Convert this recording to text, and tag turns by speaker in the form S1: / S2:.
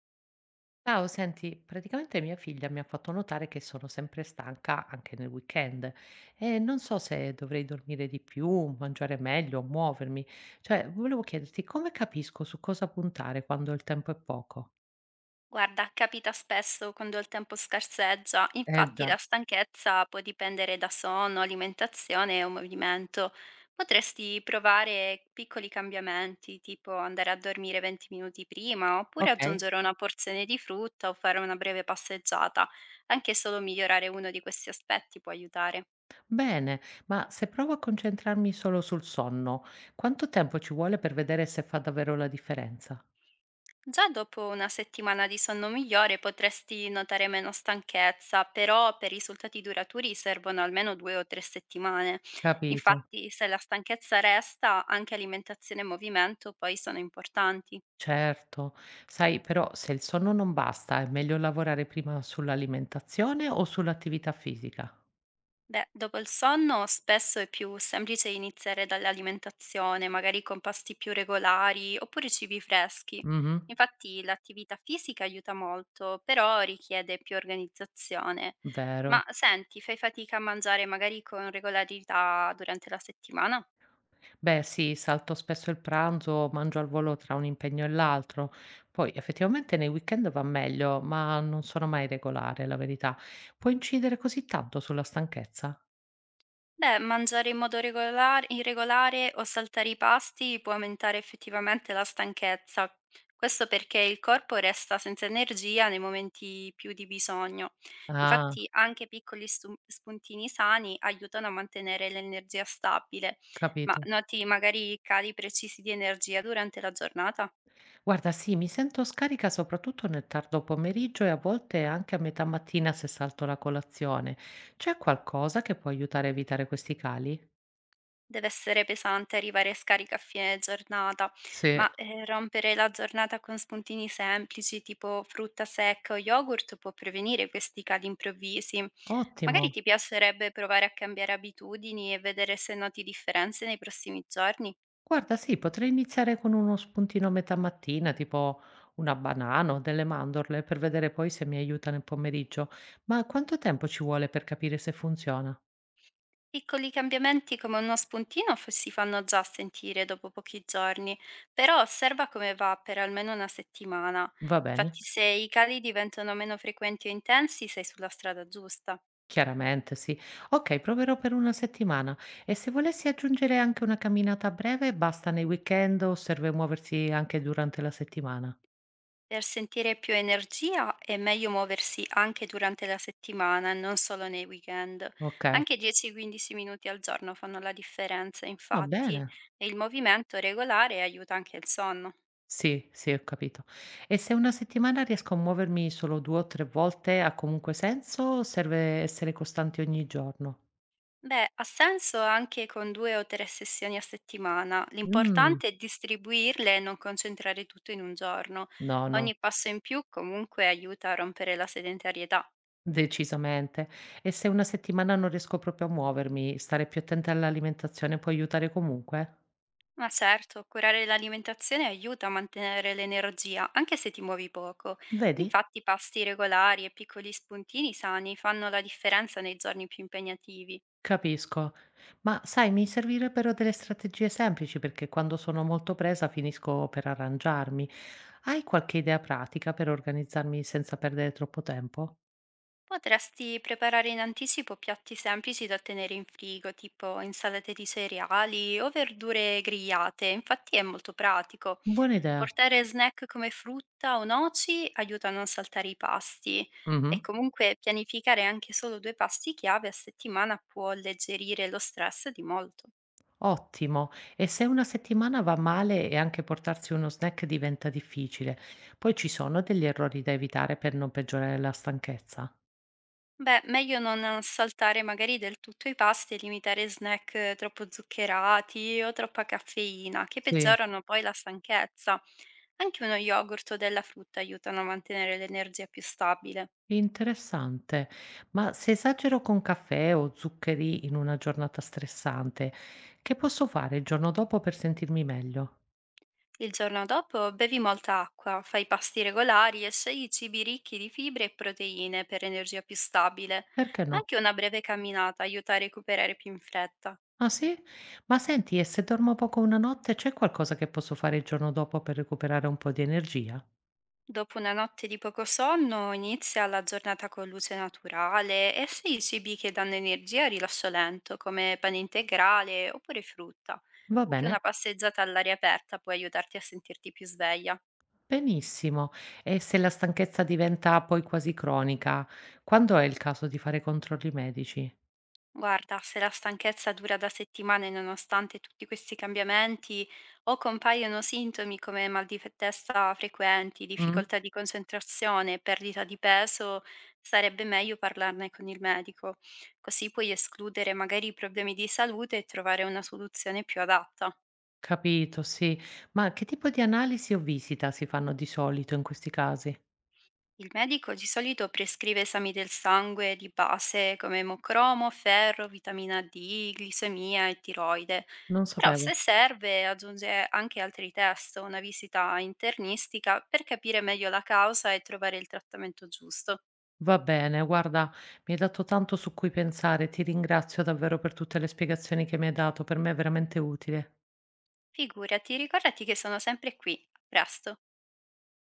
S1: Ciao, senti, praticamente mia figlia mi ha fatto notare che sono sempre stanca anche nel weekend e non so se dovrei dormire di più, mangiare meglio, muovermi. Cioè, volevo chiederti come capisco su cosa puntare quando il tempo è poco?
S2: Guarda, capita spesso quando il tempo scarseggia,
S1: Eh
S2: infatti
S1: già,
S2: la stanchezza può dipendere da sonno, alimentazione o movimento. Potresti provare piccoli cambiamenti, tipo andare a dormire 20 minuti prima, oppure
S1: ok.
S2: aggiungere una porzione di frutta o fare una breve passeggiata. Anche solo migliorare uno di questi aspetti può aiutare.
S1: Bene, ma se provo a concentrarmi solo sul sonno, quanto tempo ci vuole per vedere se fa davvero la differenza?
S2: Già dopo una settimana di sonno migliore potresti notare meno stanchezza, però per risultati duraturi servono almeno 2 o 3 settimane.
S1: Capito.
S2: Infatti, se la stanchezza resta, anche alimentazione e movimento poi sono importanti.
S1: Certo, sai però se il sonno non basta è meglio lavorare prima sull'alimentazione o sull'attività fisica?
S2: Beh, dopo il sonno spesso è più semplice iniziare dall'alimentazione, magari con pasti più regolari oppure cibi freschi.
S1: Mh-mh,
S2: Infatti l'attività fisica aiuta molto, però richiede più organizzazione.
S1: vero.
S2: Ma senti, fai fatica a mangiare magari con regolarità durante la settimana?
S1: Beh sì, salto spesso il pranzo, mangio al volo tra un impegno e l'altro. Poi effettivamente nei weekend va meglio, ma non sono mai regolare, la verità. Può incidere così tanto sulla stanchezza?
S2: Beh, mangiare in modo regolar irregolare o saltare i pasti può aumentare effettivamente la stanchezza. Questo perché il corpo resta senza energia nei momenti più di bisogno.
S1: Ah,
S2: Infatti, anche piccoli spuntini sani aiutano a mantenere l'energia stabile. Ma
S1: capito.
S2: noti magari cali precisi di energia durante la giornata?
S1: Guarda, sì, mi sento scarica soprattutto nel tardo pomeriggio e a volte anche a metà mattina se salto la colazione. C'è qualcosa che può aiutare a evitare questi cali?
S2: Dev'essere pesante arrivare scarica a fine giornata,
S1: Sì,
S2: ma, rompere la giornata con spuntini semplici, tipo frutta secca o yogurt, può prevenire questi cali improvvisi.
S1: ottimo.
S2: Magari ti piacerebbe provare a cambiare abitudini e vedere se noti differenze nei prossimi giorni?
S1: Guarda, sì, potrei iniziare con uno spuntino a metà mattina, tipo una banana o delle mandorle, per vedere poi se mi aiuta nel pomeriggio. Ma quanto tempo ci vuole per capire se funziona?
S2: Piccoli cambiamenti come uno spuntino f si fanno già sentire dopo pochi giorni, però osserva come va per almeno una settimana.
S1: Va bene.
S2: Infatti se i cali diventano meno frequenti o intensi, sei sulla strada giusta.
S1: Chiaramente sì. Okay, proverò per 1 settimana e se volessi aggiungere anche una camminata breve, basta nei weekend o serve muoversi anche durante la settimana?
S2: Per sentire più energia è meglio muoversi anche durante la settimana e non solo nei weekend.
S1: Okay.
S2: Anche 10-15 minuti al giorno fanno la differenza,
S1: Va
S2: infatti,
S1: bene.
S2: e il movimento regolare aiuta anche il sonno.
S1: Sì, sì, ho capito. E se una settimana riesco a muovermi solo 2 o 3 volte, ha comunque senso o serve essere costanti ogni giorno?
S2: Beh, ha senso anche con due o tre sessioni a settimana.
S1: Mh,
S2: L'importante è distribuirle e non concentrare tutto in un giorno.
S1: no, no,
S2: Ogni passo in più comunque aiuta a rompere la sedentarietà.
S1: decisamente. E se una settimana non riesco proprio a muovermi, stare più attenta all'alimentazione può aiutare comunque?
S2: Ma certo, curare l'alimentazione aiuta a mantenere l'energia, anche se ti muovi poco.
S1: Vedi?
S2: Infatti, pasti regolari e piccoli spuntini sani fanno la differenza nei giorni più impegnativi.
S1: Capisco. Ma sai, mi servirebbero delle strategie semplici perché quando sono molto presa finisco per arrangiarmi. Hai qualche idea pratica per organizzarmi senza perdere troppo tempo?
S2: Potresti preparare in anticipo piatti semplici da tenere in frigo, tipo insalate di cereali o verdure grigliate, infatti è molto pratico.
S1: Buona idea.
S2: Portare snack come frutta o noci aiuta a non saltare i pasti e
S1: Mhm.
S2: comunque pianificare anche solo due pasti chiave a settimana può alleggerire lo stress di molto.
S1: Ottimo. E se una settimana va male e anche portarsi uno snack diventa difficile, poi ci sono degli errori da evitare per non peggiorare la stanchezza?
S2: Beh, meglio non saltare magari del tutto i pasti e limitare snack troppo zuccherati o troppa caffeina, che
S1: Sì.
S2: peggiorano poi la stanchezza. Anche uno yogurt o della frutta aiutano a mantenere l'energia più stabile.
S1: Interessante. Ma se esagero con caffè o zuccheri in una giornata stressante, che posso fare il giorno dopo per sentirmi meglio?
S2: Il giorno dopo bevi molta acqua, fai pasti regolari e scegli cibi ricchi di fibre e proteine per energia più stabile.
S1: Perché no?
S2: Anche una breve camminata aiuta a recuperare più in fretta.
S1: Ah sì? Ma senti, e se dormo poco una notte, c'è qualcosa che posso fare il giorno dopo per recuperare un po' di energia?
S2: Dopo una notte di poco sonno inizia la giornata con luce naturale e se i cibi che danno energia a rilascio lento, come pane integrale oppure frutta.
S1: Va
S2: Anche
S1: bene?
S2: una passeggiata all'aria aperta può aiutarti a sentirti più sveglia.
S1: Benissimo. E se la stanchezza diventa poi quasi cronica, quando è il caso di fare controlli medici?
S2: Guarda, se la stanchezza dura da settimane nonostante tutti questi cambiamenti, o compaiono sintomi come mal di testa frequenti,
S1: Mm?
S2: difficoltà di concentrazione, perdita di peso, sarebbe meglio parlarne con il medico. Così puoi escludere magari problemi di salute e trovare una soluzione più adatta.
S1: Capito, sì. Ma che tipo di analisi o visita si fanno di solito in questi casi?
S2: Il medico di solito prescrive esami del sangue di base come emocromo, ferro, vitamina D, glicemia e tiroide,
S1: Non
S2: però
S1: sapevo.
S2: se serve aggiunge anche altri test o una visita internistica per capire meglio la causa e trovare il trattamento giusto.
S1: Va bene, guarda, mi hai dato tanto su cui pensare, ti ringrazio davvero per tutte le spiegazioni che mi hai dato, per me è veramente utile.
S2: Figurati, ricordati che sono sempre qui. A presto!